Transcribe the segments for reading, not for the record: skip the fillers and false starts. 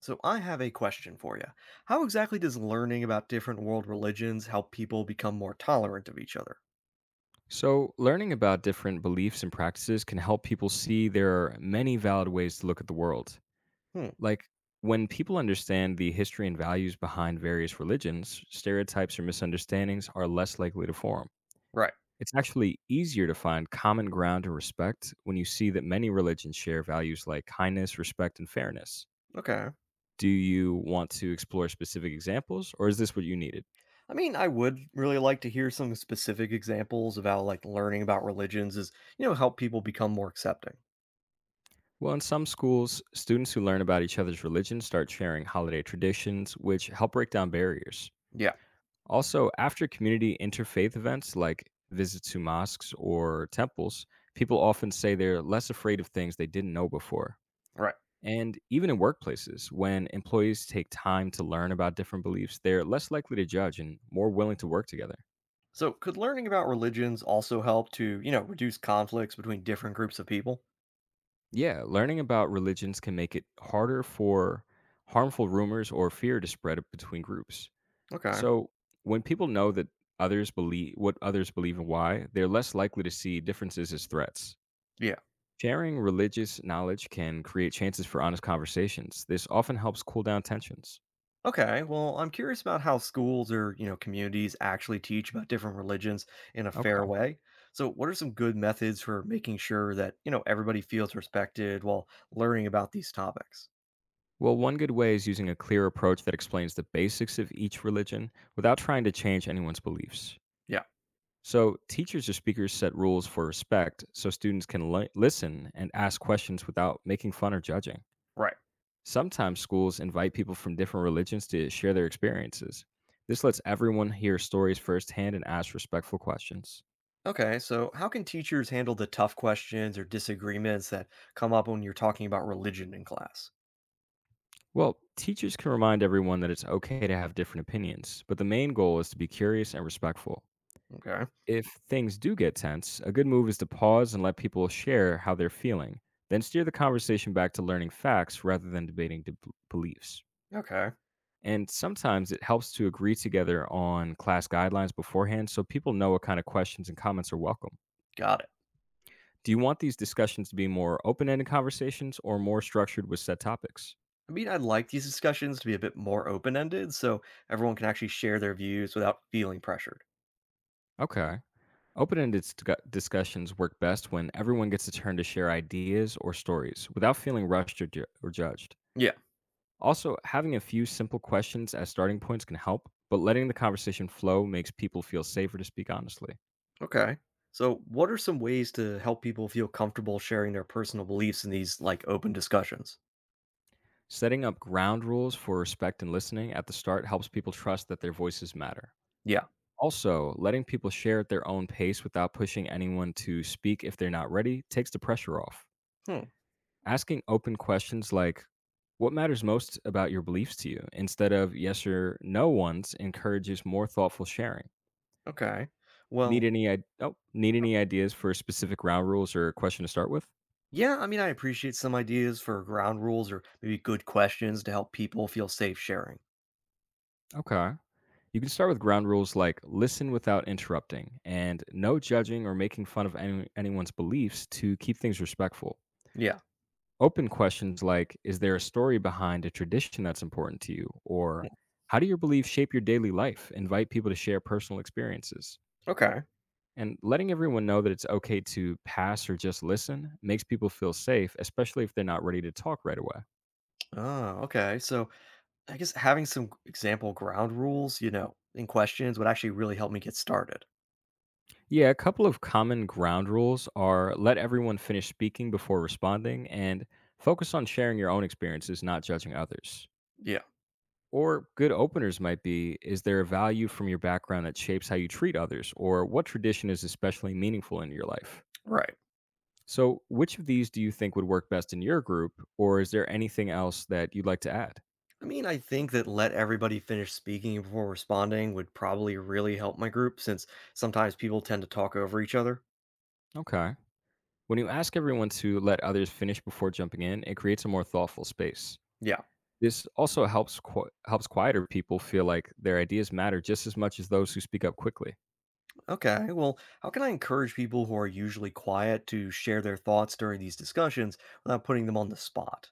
So I have a question for you. How exactly does learning about different world religions help people become more tolerant of each other? So, learning about different beliefs and practices can help people see there are many valid ways to look at the world. Hmm, Like, when people understand the history and values behind various religions, stereotypes or misunderstandings are less likely to form. right. It's actually easier to find common ground and respect when you see that many religions share values like kindness, respect, and fairness. Okay. Do you want to explore specific examples, or is this what you needed? I mean, I would really like to hear some specific examples of how like learning about religions is, help people become more accepting. Well, in some schools, students who learn about each other's religion start sharing holiday traditions, which help break down barriers. Yeah, Also, after community interfaith events like visits to mosques or temples, people often say they're less afraid of things they didn't know before. right. And even in workplaces, when employees take time to learn about different beliefs, they're less likely to judge and more willing to work together. So could learning about religions also help to, reduce conflicts between different groups of people? Yeah, learning about religions can make it harder for harmful rumors or fear to spread between groups. Okay. So when people know that others believe what others believe and why, they're less likely to see differences as threats. Yeah. Sharing religious knowledge can create chances for honest conversations. This often helps cool down tensions. Okay, well, I'm curious about how schools or, communities actually teach about different religions in a fair Okay. way. So, what are some good methods for making sure that, everybody feels respected while learning about these topics? Well, one good way is using a clear approach that explains the basics of each religion without trying to change anyone's beliefs. Yeah, So, teachers or speakers set rules for respect so students can listen and ask questions without making fun or judging. right. Sometimes schools invite people from different religions to share their experiences. This lets everyone hear stories firsthand and ask respectful questions. Okay, so how can teachers handle the tough questions or disagreements that come up when you're talking about religion in class? Well, teachers can remind everyone that it's okay to have different opinions, but the main goal is to be curious and respectful. Okay, If things do get tense, a good move is to pause and let people share how they're feeling, then steer the conversation back to learning facts rather than debating beliefs. okay, And sometimes it helps to agree together on class guidelines beforehand so people know what kind of questions and comments are welcome. got it. Do you want these discussions to be more open-ended conversations or more structured with set topics? I mean, I'd like these discussions to be a bit more open ended so everyone can actually share their views without feeling pressured. Okay. Open-ended sc- discussions work best when everyone gets a turn to share ideas or stories without feeling rushed or judged. Yeah. Also, having a few simple questions as starting points can help, but letting the conversation flow makes people feel safer to speak honestly. Okay. So, what are some ways to help people feel comfortable sharing their personal beliefs in these like open discussions? Setting up ground rules for respect and listening at the start helps people trust that their voices matter. Yeah. Also, letting people share at their own pace without pushing anyone to speak if they're not ready takes the pressure off. Hmm. Asking open questions like, what matters most about your beliefs to you? Instead of yes or no ones encourages more thoughtful sharing. Okay. Well, Need any ideas for specific ground rules or question to start with? yeah, I mean, I appreciate some ideas for ground rules or maybe good questions to help people feel safe sharing. Okay. You can start with ground rules like listen without interrupting and no judging or making fun of anyone's beliefs to keep things respectful. Yeah. Open questions like, is there a story behind a tradition that's important to you? Or Hmm, how do your beliefs shape your daily life? Invite people to share personal experiences. okay. And letting everyone know that it's okay to pass or just listen makes people feel safe, especially if they're not ready to talk right away. Oh, okay. So, I guess having some example ground rules, in questions would actually really help me get started. Yeah, a couple of common ground rules are let everyone finish speaking before responding and focus on sharing your own experiences, not judging others. Yeah. Or good openers might be, is there a value from your background that shapes how you treat others? Or what tradition is especially meaningful in your life? Right. So, which of these do you think would work best in your group? Or is there anything else that you'd like to add? I mean, I think that let everybody finish speaking before responding would probably really help my group since sometimes people tend to talk over each other. Okay. When you ask everyone to let others finish before jumping in, it creates a more thoughtful space. Yeah. This also helps helps quieter people feel like their ideas matter just as much as those who speak up quickly. Okay. Well, how can I encourage people who are usually quiet to share their thoughts during these discussions without putting them on the spot?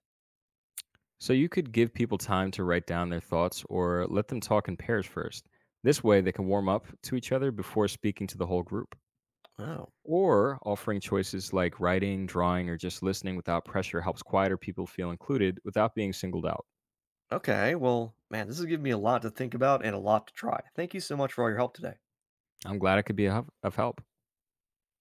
So you could give people time to write down their thoughts or let them talk in pairs first. This way, they can warm up to each other before speaking to the whole group. Oh. Or offering choices like writing, drawing, or just listening without pressure helps quieter people feel included without being singled out. Okay. Well, man, this has given me a lot to think about and a lot to try. Thank you so much for all your help today. I'm glad I could be of help.